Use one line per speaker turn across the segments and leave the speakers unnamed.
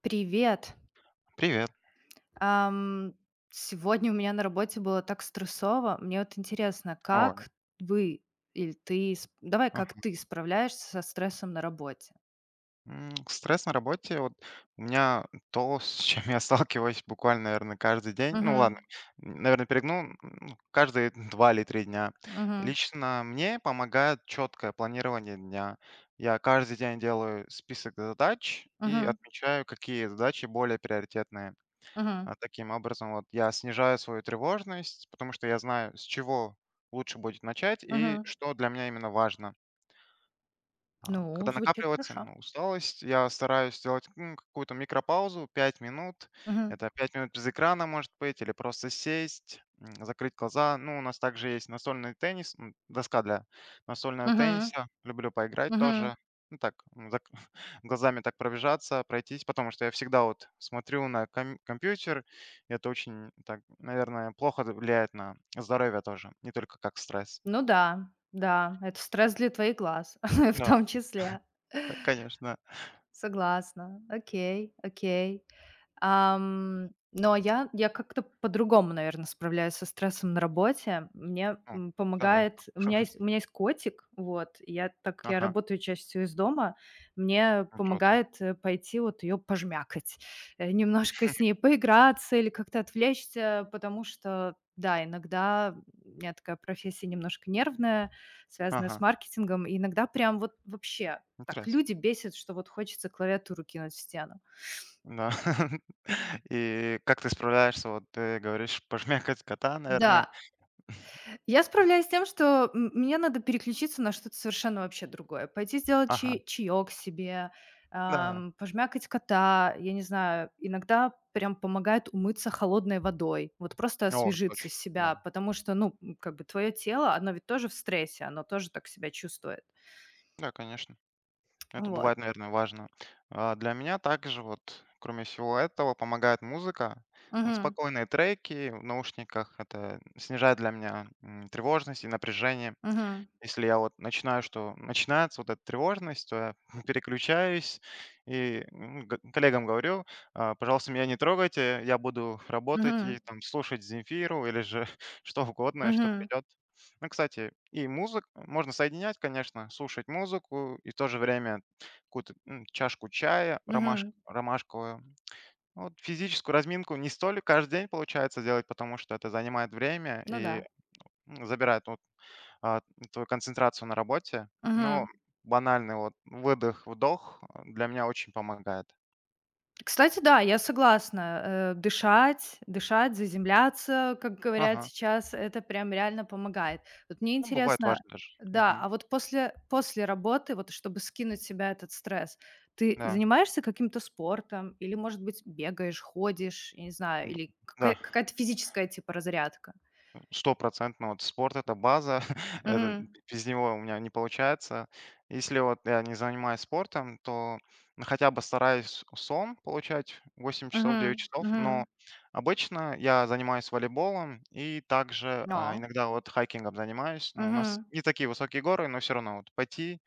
Привет.
Привет.
Ам, сегодня у меня на работе было так стрессово. Мне вот интересно,
О,
как вы или ты, давай, как
ага.
ты справляешься со стрессом на работе?
Стресс на работе, вот у меня то, с чем я сталкиваюсь буквально, наверное, каждый день. Ну ладно,
Мгм.
наверное, перегнул, ну, каждые 2 или 3 дня.
Мгм.
Лично мне помогает четкое планирование дня. Я каждый день делаю список задач и
Мгм.
отмечаю, какие задачи более приоритетные.
Мгм.
Таким образом, вот я снижаю свою тревожность, потому что я знаю, с чего лучше будет начать и
Мгм.
что для меня именно важно. А,
Ну,
когда
звучит
накапливается,
хорошо.
ну, усталость, я стараюсь сделать, какую-то микропаузу 5 минут.
Мгм.
Это 5 минут без экрана, может быть, или просто сесть, закрыть глаза. Ну, у нас также есть настольный теннис, доска для настольного
Мгм.
тенниса. Люблю поиграть
Мгм.
тоже. Ну так, м, зак глазами так пробежаться, пройтись, потому что я всегда вот смотрю на компьютер. И это очень так, наверное, плохо влияет на здоровье тоже, не только как стресс.
Ну да, да, это стресс для твоих глаз, в
Да,
том числе.
да, конечно.
Согласна. Окей, окей. Ам, ну, а я как-то по-другому, наверное, справляюсь со стрессом на работе. Мне,
Ну, давай.
помогает, у меня есть котик, вот. И, Я так как я
Ага.
работаю частью из дома, мне
Ну, круто.
помогает, пойти вот ее пожмякать, немножко с ней поиграться или как-то отвлечься, потому что, да, иногда у меня такая профессия немножко нервная, связанная с
Ага,
маркетингом, и иногда прям вот вообще так
интересно.
люди бесят, что вот хочется клавиатуру кинуть в стену.
Да. И как ты справляешься? Вот ты говоришь, пожмякать кота, наверное.
Да. Я справляюсь с тем, что мне надо переключиться на что-то совершенно вообще другое. Пойти сделать
Ага,
чай чаёк себе,
да.
пожмякать кота. Я не знаю, иногда прям помогает умыться холодной водой. Вот просто
О,
освежиться
точно,
себя,
да.
потому что, ну, как бы твое тело, оно ведь тоже в стрессе, оно тоже так себя чувствует.
Да, конечно. Это
Вот.
бывает, наверное, важно. Для меня также вот, кроме всего этого, помогает музыка. Вот
Мгм.
спокойные треки в наушниках. Это снижает для меня тревожность и напряжение.
Мгм.
Если я вот начинаю, что начинается вот эта тревожность, то я переключаюсь и коллегам говорю: «Пожалуйста, меня не трогайте, я буду работать и
Мгм.
там слушать Земфиру или же что угодно, что
Мгм.
придет». Ну, кстати, и музык можно соединять, конечно, слушать музыку и в то же время какую-то чашку чая
Мгм.
ромашковую. Ну, вот физическую разминку не столь каждый день получается делать, потому что это занимает время
Ну да.
и забирает а, твою концентрацию на работе. Ну,
Мгм.
банальный вот выдох-вдох для меня очень помогает.
Кстати, да, я согласна. Дышать, дышать, заземляться, как говорят
Ага.
сейчас, это прям реально помогает. Вот мне
Ну, бывает
интересно,
важно даже.
да,
Мгм.
а вот после работы, вот чтобы скинуть с себя этот стресс, ты
Да.
занимаешься каким-то спортом или, может быть, бегаешь, ходишь, я не знаю,
Д-
или
Да.
какая-то физическая типа разрядка?
Стопроцентно вот спорт — это база, это
Мгм.
без него у меня не получается. Если вот я не занимаюсь спортом, то, ну, хотя бы стараюсь сон получать 8 часов, 9
Мгм.
часов,
Мгм.
но обычно я занимаюсь волейболом и также,
Но.
иногда вот хайкингом занимаюсь. Ну, у нас
Мгм.
не такие высокие горы, но все равно вот пойти,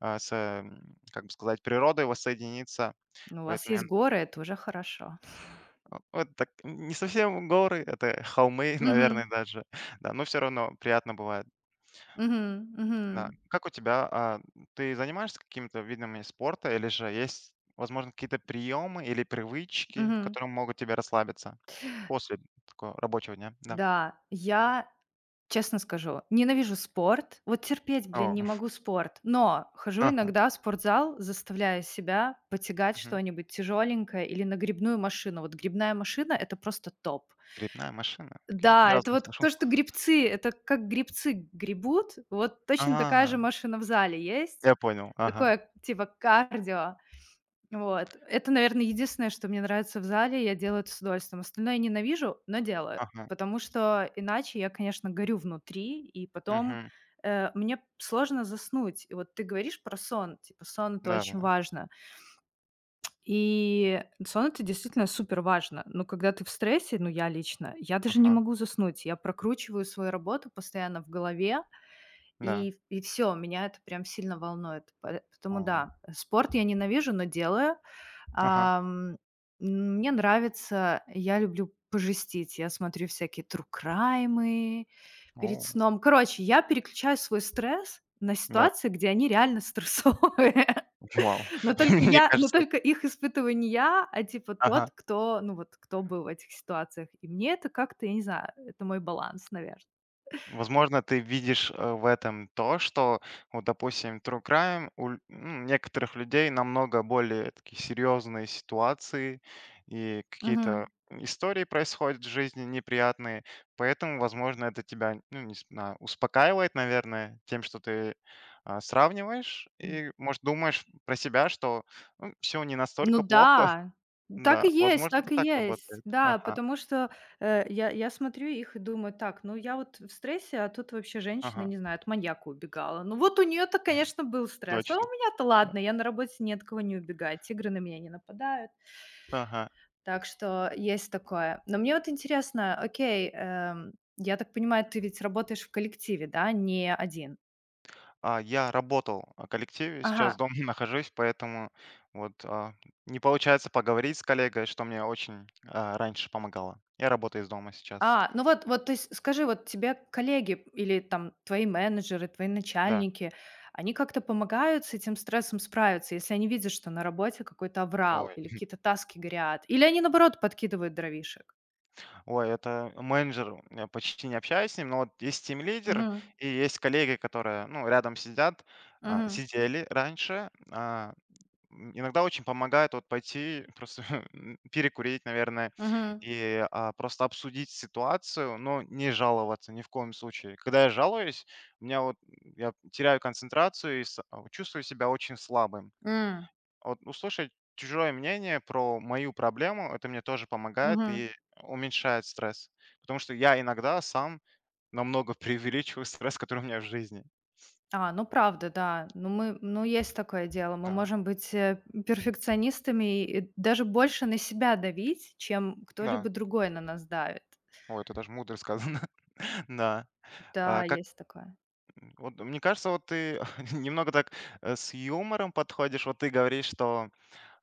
как бы сказать, природой воссоединиться.
Ну, у вас
Поэтому я,
есть горы, это уже хорошо.
вот так не совсем горы, это холмы,
Мгм.
наверное, даже, да, но все равно приятно бывает.
Мгм. Мгм.
Да. Как у тебя, ты занимаешься какими-то видами спорта или же есть, возможно, какие-то приемы или привычки,
Мгм.
которые могут тебе расслабиться после такого рабочего дня? Да.
Да, я, честно скажу, ненавижу спорт. Вот терпеть, блин,
О,
не могу спорт. Но хожу
ага,
иногда в спортзал, заставляя себя потягать
мгм.
что-нибудь тяжеленькое или на грибную машину. Вот грибная машина — это просто топ.
Грибная машина? Окей, ни
Да,
разу
это
не
вот
слышал.
то, что грибцы, это как грибцы гребут, вот точно такая же
А,
машина в зале есть.
я понял. Ага,
Такое типа кардио. Вот. Это, наверное, единственное, что мне нравится в зале, я делаю это с удовольствием. Остальное я ненавижу, но делаю,
ага,
потому что иначе я, конечно, горю внутри, и потом,
мгм.
мне сложно заснуть. И вот ты говоришь про сон, типа сон — это очень
Да-да-да.
важно. И сон — это действительно супер важно. Но когда ты в стрессе, ну, я лично, я даже не
Ага,
могу заснуть. Я прокручиваю свою работу постоянно в голове,
да.
и все меня это прям сильно волнует. Пое потому
О,
да, спорт я ненавижу, но делаю.
ага.
Ам, мне нравится, я люблю пожестить. Я смотрю всякие true перед
О,
сном. Короче, я переключаю свой стресс на
да.
ситуации, где они реально стрессовые.
Вау.
Но только
Мне
я но
кажется,
только их испытываю не я, а типа
ага.
тот, кто, ну вот, кто был в этих ситуациях. И мне это как-то, я не знаю, это мой баланс, наверное.
Возможно, ты видишь, в этом то, что вот, допустим, true crime у ль ну, некоторых людей намного более такие серьезные ситуации и
Мгм.
какие-то истории происходят в жизни неприятные. Поэтому, возможно, это тебя, ну, не знаю, успокаивает, наверное, тем, что ты, сравниваешь и, может, думаешь про себя, что все не
Ну
настолько плохо.
да, так и
Да,
есть,
возможно,
так
это
и
так
есть.
работает.
Да,
Ага,
потому что, я смотрю их и думаю: «Так, ну я вот в стрессе, а тут вообще женщина,
ага,
не знаю, от маньяка убегала. Ну вот у нее то конечно, был стресс, а у
точно.
меня-то
Да,
ладно, я на работе ни от кого не убегаю, тигры на меня не нападают».
ага.
Так что есть такое. Но мне вот интересно, окей, я так понимаю, ты ведь работаешь в коллективе, да, не один?
Я работал в коллективе,
Ага.
сейчас дома нахожусь, поэтому вот, не получается поговорить с коллегой, что мне очень, раньше помогало. Я работаю из дома сейчас.
А, ну вот вот, то есть скажи, вот тебе коллеги, или там твои менеджеры, твои
Да.
начальники, они как-то помогают с этим стрессом справиться, если они видят, что на работе какой-то аврал
Ой.
или какие-то таски горят? Или они, наоборот, подкидывают дровишек?
Ой, это менеджер, я почти не общаюсь с ним, но вот есть лидер
Мгм.
и есть коллеги, которые, ну, рядом сидят,
Мгм.
сидели раньше. Иногда очень помогает вот пойти просто перекурить, наверное,
Мгм.
и, просто обсудить ситуацию, но не жаловаться ни в коем случае. Когда я жалуюсь, у меня вот я теряю концентрацию и чувствую себя очень слабым.
М.
Вот услышать чужое мнение про мою проблему, это мне тоже помогает
Мгм.
и уменьшает стресс. Потому что я иногда сам намного преувеличиваю стресс, который у меня в жизни.
А, ну правда, да. Ну мы ну есть такое дело. Мы
А,
можем быть, перфекционистами и даже больше на себя давить, чем кто-либо
Да,
другой на нас давит.
ой, это даже мудро сказано. Да.
Да,
А, Как
есть такое.
Вот, мне кажется, вот ты немного так с юмором подходишь. Вот ты говоришь, что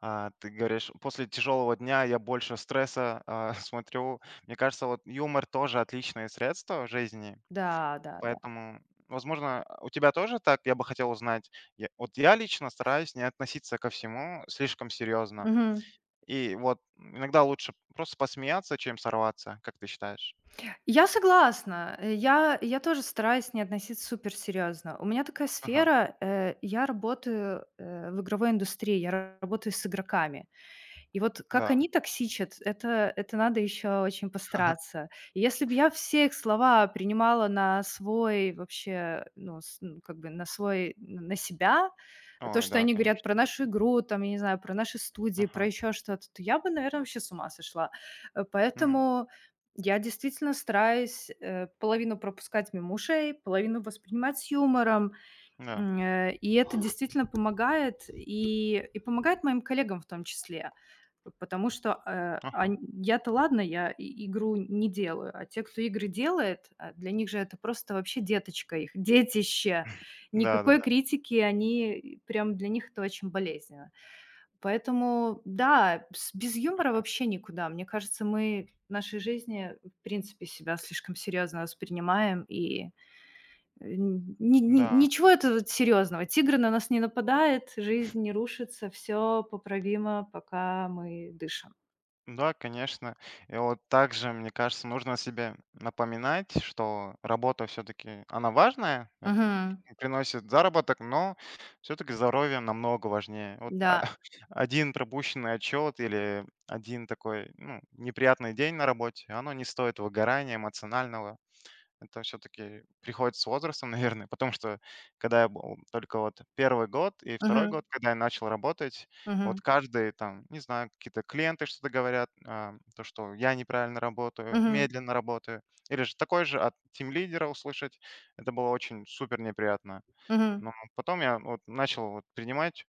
ты говоришь, после тяжелого дня я больше стресса смотрю. Мне кажется, вот юмор тоже отличное средство в жизни.
Да, да, да.
Поэтому, возможно, у тебя тоже так. Я бы хотел узнать. Вот я лично стараюсь не относиться ко всему слишком серьезно.
Мгм.
И вот иногда лучше просто посмеяться, чем сорваться, как ты считаешь?
Я согласна. Я тоже стараюсь не относиться супер серьезно. У меня такая
Ага,
сфера, я работаю, в игровой индустрии, я работаю с игроками. И вот как они
да.
токсичат, это надо еще очень постараться. И если бы я все их слова принимала на свой вообще, ну, с ну, как бы на свой, на себя, то,
Ой,
что
да,
они говорят
конечно.
про нашу игру, там, я не знаю, про наши студии, про
Ага.
еще что-то, то я бы, наверное, вообще с ума сошла. Э,
М,
поэтому я действительно стараюсь, половину пропускать мимо ушей, половину воспринимать с юмором,
Да.
и это действительно помогает, и помогает моим коллегам в том числе. Потому что, э,
Ага.
ань я-то ладно, я и игру не делаю, а те, кто игры делает, для них же это просто вообще детище. Никакой
Да-да-да.
критики, прям для них это очень болезненно. Поэтому, да, с без юмора вообще никуда. Мне кажется, мы в нашей жизни, в принципе, себя слишком серьезно воспринимаем, и, э, н ни ни
Да. Да,
ничего этого серьезного. Тигр на нас не нападает, жизнь не рушится, все поправимо, пока мы дышим.
да, да, конечно. И вот также, мне кажется, нужно себе напоминать, что работа все-таки, она важная,
Мгм.
приносит заработок, но все-таки здоровье намного важнее. Вот
Да.
один пропущенный отчет или один такой, ну, неприятный день на работе, оно не стоит выгорания эмоционального. Это все-таки приходит с возрастом, наверное, потому что когда я был только вот первый год и второй
Мгм.
год, когда я начал работать,
Мгм.
вот каждый там, не знаю, какие-то клиенты что-то говорят, то, что я неправильно работаю,
Мгм.
медленно работаю, или же такой же от тим-лидера услышать, это было очень супер неприятно.
Мгм.
Но потом я вот начал вот принимать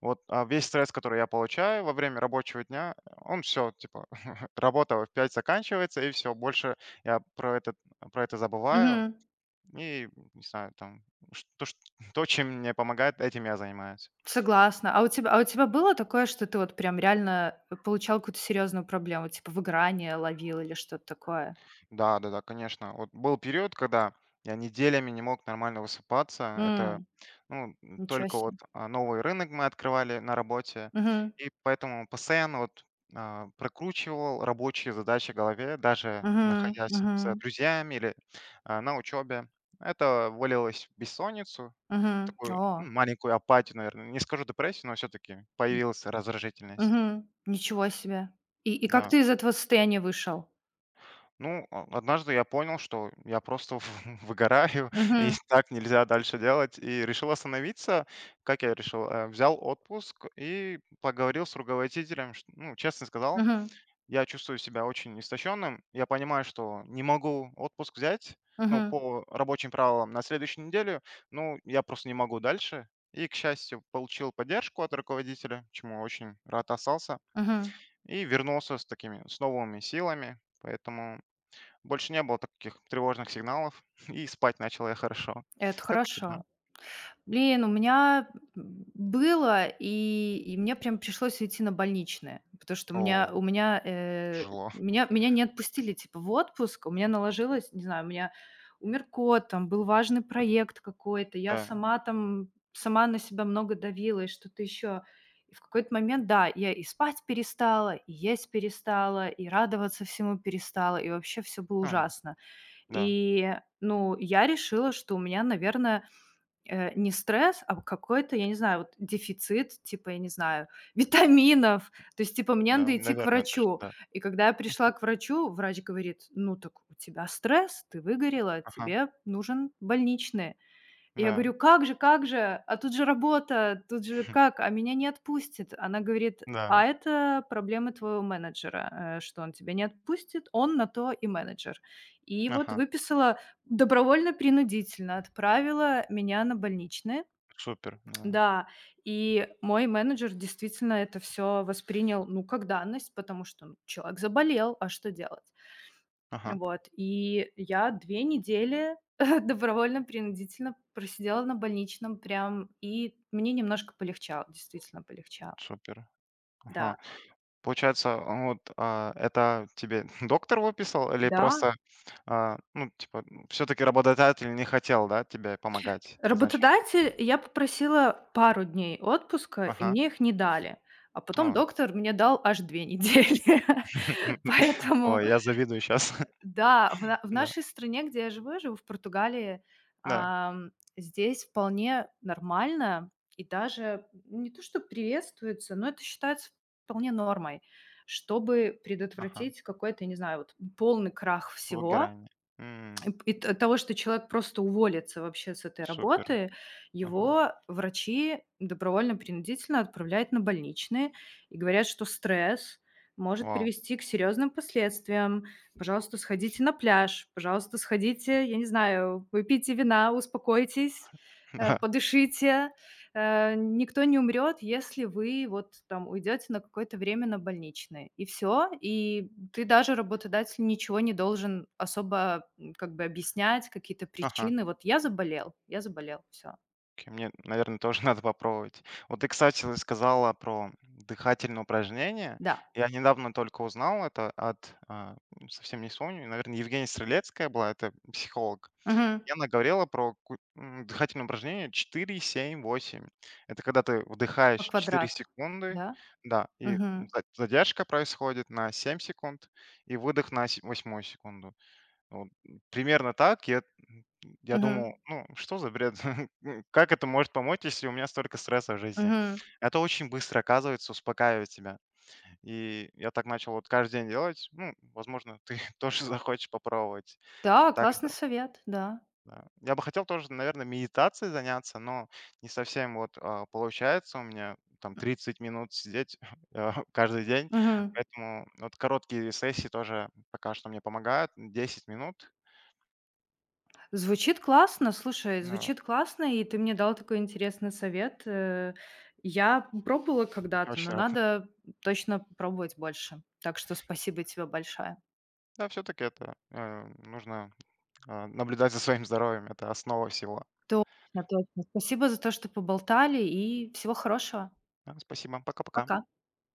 вот весь стресс, который я получаю во время рабочего дня, он все, типа, работа в 5 заканчивается, и все, больше я про это забываю,
Мгм.
и, не знаю, там, ш- то, ш- то, чем мне помогает, этим я занимаюсь.
Согласна. А у тебя было такое, что ты вот прям реально, получал какую-то серьезную проблему, типа выгорание ловил или что-то такое?
Да, да, да, конечно. Вот был период, когда я неделями не мог нормально высыпаться. Это, ну,
Ничего
только вот
себе.
новый рынок мы открывали на работе.
Мгм.
И поэтому постоянно вот прокручивал рабочие задачи в голове, даже
Мгм.
находясь
Мгм.
с друзьями или на учебе. Это вылилось в бессонницу,
Мгм.
такую
О.
маленькую апатию, наверное. Не скажу депрессию, но все-таки появилась раздражительность.
Мгм. Ничего себе. И как
Да.
ты из этого состояния вышел?
Ну, однажды я понял, что я просто выгораю, и
Мгм.
так нельзя дальше делать. И решил остановиться. Как я решил? Взял отпуск и поговорил с руководителем. Ну, честно сказал,
Мгм.
я чувствую себя очень истощенным. Я понимаю, что не могу отпуск взять, ну,
Мгм.
по рабочим правилам на следующую неделю. Ну, я просто не могу дальше. И, к счастью, получил поддержку от руководителя, чему очень рад остался.
Мгм.
И вернулся с новыми силами. Поэтому больше не было таких тревожных сигналов, и спать начал я хорошо.
Это
Как у тебя?
хорошо. Блин, у меня было, и мне прям пришлось уйти на больничное, потому что
О,
у меня, э,
тяжело.
меня, меня не отпустили, типа, в отпуск, у меня наложилось, не знаю, у меня умер кот, там был важный проект какой-то, я
Да.
сама там, сама на себя много давила и что-то еще. И в какой-то момент, да, я и спать перестала, и есть перестала, и радоваться всему перестала, и вообще все было
А,
ужасно.
да,
И, ну, я решила, что у меня, наверное, не стресс, а какой-то, я не знаю, вот дефицит, типа, я не знаю, витаминов. То есть, типа, мне
да,
надо идти к
наверное, даже,
врачу.
да.
И когда я пришла к врачу, врач говорит: «Ну так у тебя стресс, ты выгорела,
Ага,
тебе нужен больничный». Я говорю:
да,
«Как же, как же? А тут же работа, тут же как? А меня не отпустит». Она говорит:
да,
«А это проблемы твоего менеджера, что он тебя не отпустит, он на то и менеджер». И вот
ага,
выписала добровольно-принудительно, отправила меня на больничные.
да,
Да, и мой менеджер действительно это все воспринял, ну, как данность, потому что, ну, человек заболел, а что делать?
ага,
Вот, и я 2 недели добровольно-принудительно просидела на больничном прям, и мне немножко полегчало, действительно полегчало.
супер,
Да,
ага. Получается, вот, это тебе доктор выписал, или
да.
просто, ну, типа, все-таки работодатель не хотел, да, тебе помогать изначально?
Работодатель — я попросила пару дней отпуска, и
Ага,
мне их не дали, а потом
ой,
доктор мне дал аж 2 недели. Поэтому
ой, я завидую сейчас.
да, в на в
Да,
нашей стране, где я живу в Португалии,
да,
ам, здесь вполне нормально и даже не то что приветствуется, но это считается вполне нормой. Чтобы
ага.
предотвратить какой-то, не знаю, вот полный крах всего,
Выгорание. М,
Эп и т от того, что человек просто уволится вообще с этой
супер.
работы,
Ага.
его врачи добровольно-принудительно отправляют на больничные и говорят, что стресс может
Вау.
привести к серьезным последствиям. Пожалуйста, сходите на пляж, пожалуйста, сходите, я не знаю, выпейте вина, успокойтесь,
Да.
подышите. Никто не умрет, если вы вот там уйдете на какое-то время на больничный, и все, И ты даже работодатель ничего не должен особо, как бы объяснять, какие-то
Ага.
причины. Вот я заболел, все.
Окей, мне, наверное, тоже надо попробовать. Вот ты, кстати, вот сказала про дыхательные упражнения.
Да.
Я недавно только узнал это от, совсем не вспомню, наверное, Евгения Стрелецкая была, это психолог.
Мгм.
И она говорила про дыхательное упражнение 4, 7, 8. Это когда ты
По
вдыхаешь четыре
квадрату.
секунды,
Да.
да, и
Мгм.
задержка происходит на 7 секунд, и выдох на восьмую секунду. Вот, примерно так. Я думал,
Мгм.
ну, что за бред? Ну, как это может помочь, если у меня столько стресса в жизни?
Мгм.
Это очень быстро, оказывается, успокаивает тебя. И я так начал вот каждый день делать. Ну, возможно, ты тоже захочешь попробовать.
Да,
Также,
классный совет, да.
да. Я бы хотел тоже, наверное, медитацией заняться, но не совсем вот получается у меня там 30 минут сидеть каждый день.
Мгм.
Поэтому вот короткие сессии тоже пока что мне помогают. Десять минут.
Звучит классно, слушай,
Ну,
звучит классно, и ты мне дал такой интересный совет. Я пробовала когда-то, но
очень
надо точно пробовать больше. Так что спасибо тебе большое.
Да, все-таки это нужно наблюдать за своим здоровьем. Это основа всего.
Точно, точно. Спасибо за то, что поболтали, и всего хорошего.
Да, спасибо. Пока-пока.
Пока.